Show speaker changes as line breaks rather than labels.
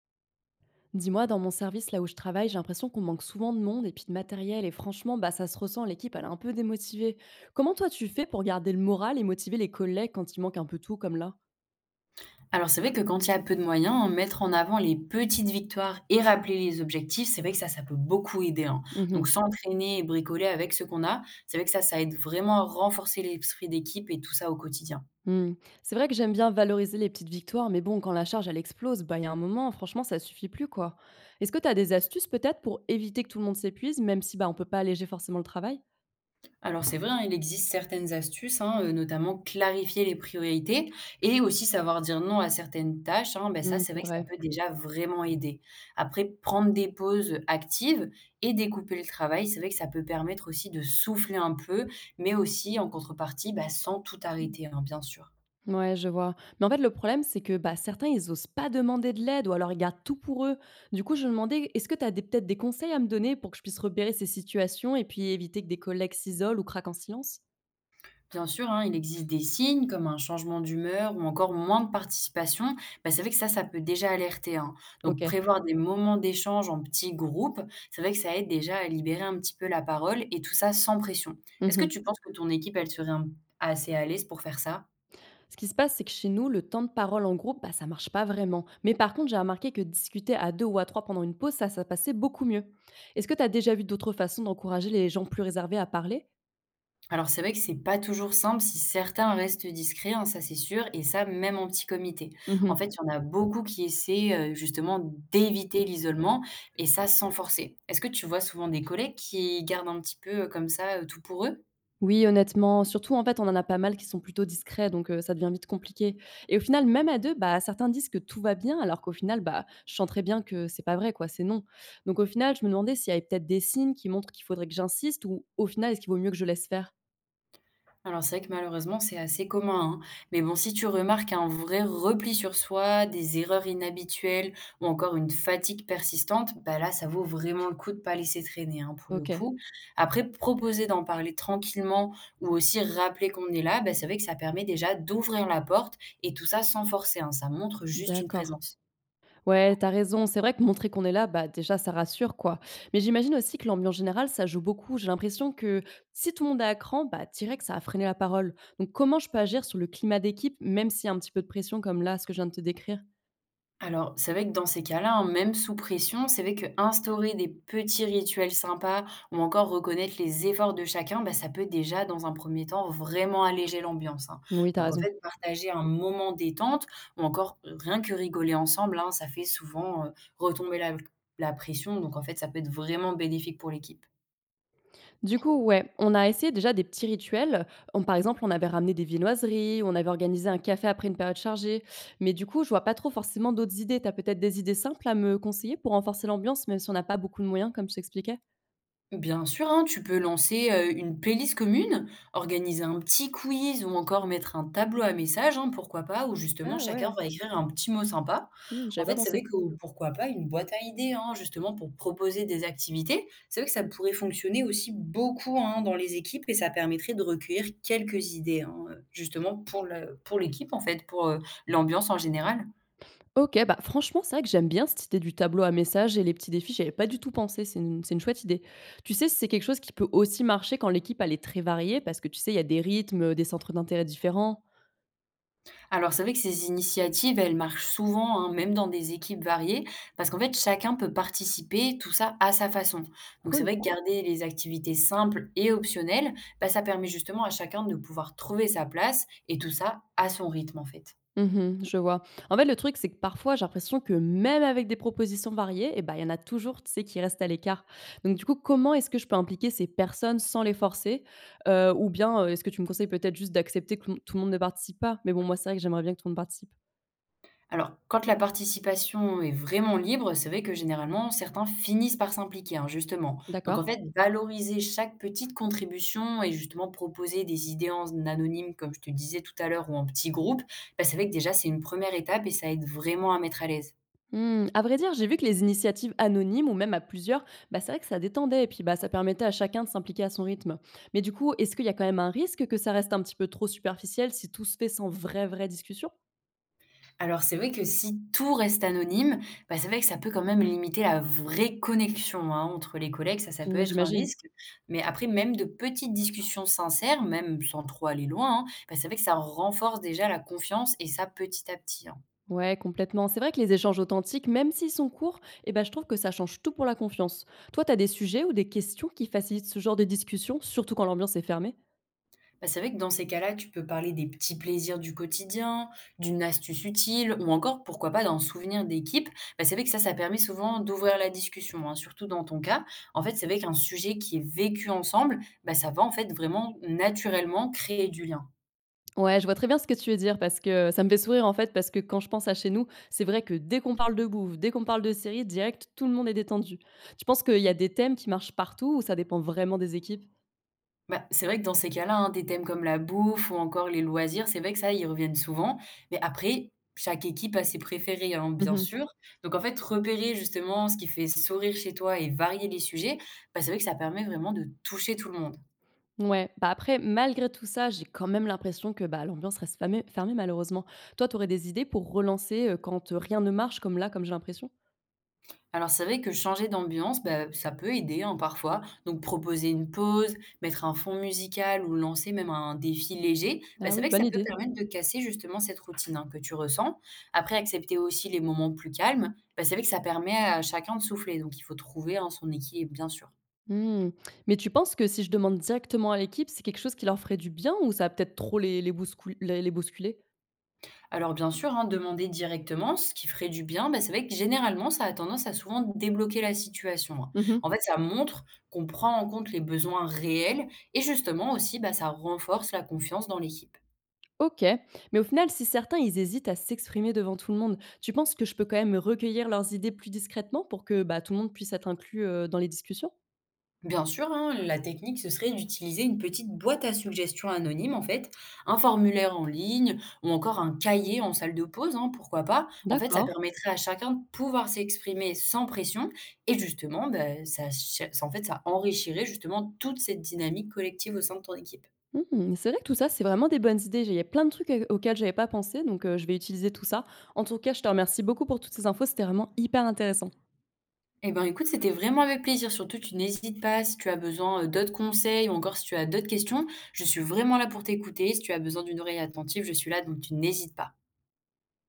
Dis-moi, dans mon service, là où je travaille, j'ai l'impression qu'on manque souvent de monde et puis de matériel. Et franchement, bah, ça se ressent, l'équipe, elle est un peu démotivée. Comment toi, tu fais pour garder le moral et motiver les collègues quand il manque un peu tout, comme là?
Alors c'est vrai que quand il y a peu de moyens, mettre en avant les petites victoires et rappeler les objectifs, c'est vrai que ça peut beaucoup aider, hein.
Mhm.
Donc s'entraîner et bricoler avec ce qu'on a, c'est vrai que ça aide vraiment à renforcer l'esprit d'équipe et tout ça au quotidien.
Hmm. C'est vrai que j'aime bien valoriser les petites victoires, mais bon, quand la charge, elle explose, bah, il y a un moment, franchement, ça suffit plus, quoi. Est-ce que tu as des astuces, peut-être, pour éviter que tout le monde s'épuise, même si bah, on peut pas alléger forcément le travail?
Alors c'est vrai, hein, il existe certaines astuces, hein, notamment clarifier les priorités et aussi savoir dire non à certaines tâches, hein, bah, ça,
Hmm,
c'est
c'est
vrai que ça
vrai.
peut déjà vraiment aider. Après, prendre des pauses, actives et découper le travail, c'est vrai que ça peut permettre aussi de souffler un peu, mais aussi en contrepartie, bah, sans tout arrêter, hein, bien sûr.
Ouais, je vois. Mais en fait, le problème, c'est que bah, certains, ils osent pas demander de l'aide ou alors ils gardent tout pour eux. Du coup, je me demandais, est-ce que tu as peut-être des conseils à me donner pour que je puisse repérer ces situations et puis éviter que des collègues s'isolent ou craquent en silence?
Bien sûr, hein, il existe des signes comme un changement d'humeur ou encore moins de participation. Bah, c'est vrai que ça peut déjà alerter, hein.
Ok.
Donc, prévoir des moments d'échange en petits groupes, c'est vrai que ça aide déjà à libérer un petit peu la parole et tout ça sans pression. Est-ce que
Mhm.
tu penses que ton équipe, elle serait assez à l'aise pour faire ça?
Ce qui se passe, c'est que chez nous, le temps de parole en groupe, bah, ça marche pas vraiment. Mais par contre, j'ai remarqué que discuter à deux ou à trois pendant une pause, ça passait beaucoup mieux. Est-ce que tu as déjà vu d'autres façons d'encourager les gens plus réservés à parler?
Alors c'est vrai que c'est pas toujours simple si certains restent discrets, hein, ça c'est sûr, et ça même en petit comité. En fait, il y en a beaucoup qui essaient justement d'éviter l'isolement, et ça sans forcer. Est-ce que tu vois souvent des collègues qui gardent un petit peu comme ça tout pour eux?
Oui, honnêtement, surtout, en fait, on en a pas mal qui sont plutôt discrets, donc ça devient vite compliqué et au final, même à 2, bah, certains disent que tout va bien, alors qu'au final, bah, je sens très bien que c'est pas vrai, quoi, c'est non. Donc au final, je me demandais s'il y avait peut-être des signes qui montrent qu'il faudrait que j'insiste ou au final, est-ce qu'il vaut mieux que je laisse faire?
Alors c'est vrai que malheureusement, c'est assez commun, hein. Mais bon, si tu remarques un vrai repli sur soi, des erreurs inhabituelles ou encore une fatigue persistante, bah là, ça vaut vraiment le coup de pas laisser traîner, hein, pour le
OK,
coup. Après, proposer d'en parler tranquillement ou aussi rappeler qu'on est là, bah, c'est vrai que ça permet déjà d'ouvrir la porte et tout ça sans forcer, hein. Ça montre juste une
d'accord.
présence.
Ouais, t'as raison. C'est vrai que montrer qu'on est là, bah, déjà, ça rassure, quoi. Mais j'imagine aussi que l'ambiance générale, ça joue beaucoup. J'ai l'impression que si tout le monde est à cran, bah, direct, ça a freiné la parole. Donc, comment je peux agir sur le climat d'équipe, même s'il y a un petit peu de pression, comme là, ce que je viens de te décrire?
Alors, c'est vrai que dans ces cas-là, hein, même sous pression, c'est vrai que instaurer des petits rituels sympas ou encore reconnaître les efforts de chacun, bah, ça peut déjà, dans un premier temps, vraiment alléger l'ambiance, hein.
Oui, t'as
Donc, en
raison.
fait, partager un moment détente ou encore rien que rigoler ensemble, hein, ça fait souvent retomber la pression. Donc, en fait, ça peut être vraiment bénéfique pour l'équipe.
Du coup, ouais, on a essayé déjà des petits rituels. Par exemple, on avait ramené des viennoiseries, on avait organisé un café après une période chargée. Mais du coup, je vois pas trop forcément d'autres idées. T'as peut-être des idées simples à me conseiller pour renforcer l'ambiance, même si on n'a pas beaucoup de moyens, comme je t'expliquais?
Bien sûr, hein, tu peux lancer une playlist commune, organiser un petit quiz ou encore mettre un tableau à messages, hein, pourquoi pas, où justement
Ah ouais,
chacun va écrire un petit mot sympa.
hmm,
En
j'avais pas
fait, c'est
pensé.
vrai que pourquoi pas une boîte à idées, hein, justement pour proposer des activités. C'est vrai que ça pourrait fonctionner aussi beaucoup hein, dans les équipes et ça permettrait de recueillir quelques idées, hein, justement pour l'équipe en fait, pour l'ambiance en général.
OK, bah, franchement, c'est vrai que j'aime bien cette idée du tableau à messages et les petits défis, j'avais pas du tout pensé, c'est une chouette idée. Tu sais, c'est quelque chose qui peut aussi marcher quand l'équipe, elle est très variée parce que, tu sais, il y a des rythmes, des centres d'intérêt différents.
Alors c'est vrai que ces initiatives, elles marchent souvent, hein, même dans des équipes variées, parce qu'en fait, chacun peut participer, tout ça à sa façon. Donc c'est
Cool.
vrai que garder les activités simples et optionnelles, bah, ça permet justement à chacun de pouvoir trouver sa place et tout ça à son rythme en fait.
Mmh, mh, je vois. En fait, le truc, c'est que parfois, j'ai l'impression que même avec des propositions variées et ben il y en a toujours, tu sais, qui restent à l'écart. Donc du coup, comment est-ce que je peux impliquer ces personnes sans les forcer? Ou bien, est-ce que tu me conseilles peut-être juste d'accepter que tout le monde ne participe pas? Mais bon, moi, c'est vrai que j'aimerais bien que tout le monde participe.
Alors, quand la participation est vraiment libre, c'est vrai que généralement, certains finissent par s'impliquer, hein, justement. Donc, en
D'accord.
fait, valoriser chaque petite contribution et justement proposer des idées en anonyme, comme je te disais tout à l'heure, ou en petit groupe, bah, c'est vrai que déjà, c'est une première étape et ça aide vraiment à mettre à l'aise.
Mmh, à vrai dire, j'ai vu que les initiatives anonymes ou même à plusieurs, bah, c'est vrai que ça détendait et puis bah, ça permettait à chacun de s'impliquer à son rythme. Mais du coup, est-ce qu'il y a quand même un risque que ça reste un petit peu trop superficiel si tout se fait sans vraie, vraie discussion?
Alors c'est vrai que si tout reste anonyme, bah, c'est vrai que ça peut quand même limiter la vraie connexion, hein, entre les collègues, ça peut
Mmh,
être un
j'imagine.
risque. Mais après, même de petites discussions sincères, même sans trop aller loin, hein, bah, c'est vrai que ça renforce déjà la confiance et ça petit à petit, hein.
Ouais, complètement. C'est vrai que les échanges authentiques, même s'ils sont courts, eh ben, je trouve que ça change tout pour la confiance. Toi, tu as des sujets ou des questions qui facilitent ce genre de discussion, surtout quand l'ambiance est fermée?
Bah, c'est vrai que dans ces cas-là, tu peux parler des petits plaisirs du quotidien, d'une astuce utile ou encore, pourquoi pas, d'un souvenir d'équipe. Bah, c'est vrai que ça permet souvent d'ouvrir la discussion, hein, surtout dans ton cas. En fait, c'est vrai qu'un sujet qui est vécu ensemble, bah, ça va en fait vraiment naturellement créer du lien.
Ouais, je vois très bien ce que tu veux dire parce que ça me fait sourire, en fait, parce que quand je pense à chez nous, c'est vrai que dès qu'on parle de bouffe, dès qu'on parle de série direct, tout le monde est détendu. Tu penses qu'il y a des thèmes qui marchent partout ou ça dépend vraiment des équipes?
Bah, c'est vrai que dans ces cas-là, hein, des thèmes comme la bouffe ou encore les loisirs, c'est vrai que ça, ils reviennent souvent. Mais après, chaque équipe a ses préférés, hein, bien
Mmh.
sûr. Donc en fait, repérer justement ce qui fait sourire chez toi et varier les sujets, bah, c'est vrai que ça permet vraiment de toucher tout le monde.
Ouais, bah, après, malgré tout ça, j'ai quand même l'impression que, bah, l'ambiance reste fermée, fermée malheureusement. Toi, tu aurais des idées pour relancer, quand, rien ne marche comme là, comme j'ai l'impression?
Alors c'est vrai que changer d'ambiance, bah, ça peut aider, hein, parfois. Donc proposer une pause, mettre un fond musical ou lancer même un défi léger, bah,
Ah
c'est
oui,
vrai que
bonne
ça peut
idée.
permettre de casser justement cette routine hein, que tu ressens. Après, accepter aussi les moments plus calmes, bah, c'est vrai que ça permet à chacun de souffler. Donc il faut trouver hein, son équilibre, bien sûr.
Mmh. Mais tu penses que si je demande directement à l'équipe, c'est quelque chose qui leur ferait du bien ou ça va peut-être trop les bouscul les bousculer?
Alors bien sûr, hein, demander directement ce qui ferait du bien, bah, c'est vrai que généralement, ça a tendance à souvent débloquer la situation, hein.
Mmh.
En fait, ça montre qu'on prend en compte les besoins réels et justement aussi, bah, ça renforce la confiance dans l'équipe.
OK, mais au final, si certains, ils hésitent à s'exprimer devant tout le monde, tu penses que je peux quand même recueillir leurs idées plus discrètement pour que, bah, tout le monde puisse être inclus, dans les discussions?
Bien sûr, hein, la technique, ce serait d'utiliser une petite boîte à suggestions anonyme, en fait, un formulaire en ligne ou encore un cahier en salle de pause, hein, pourquoi pas. En fait, ça
D'accord.
permettrait à chacun de pouvoir s'exprimer sans pression et justement, ben, en fait, ça enrichirait justement toute cette dynamique collective au sein de ton équipe.
Mmh, c'est vrai que tout ça, c'est vraiment des bonnes idées. J'ai il y a plein de trucs a auxquels j'avais pas pensé, donc je vais utiliser tout ça. En tout cas, je te remercie beaucoup pour toutes ces infos, c'était vraiment hyper intéressant.
Eh ben, écoute, c'était vraiment avec plaisir. Surtout, tu n'hésites pas si tu as besoin d'autres conseils ou encore si tu as d'autres questions. Je suis vraiment là pour t'écouter. Si tu as besoin d'une oreille attentive, je suis là, donc tu n'hésites pas.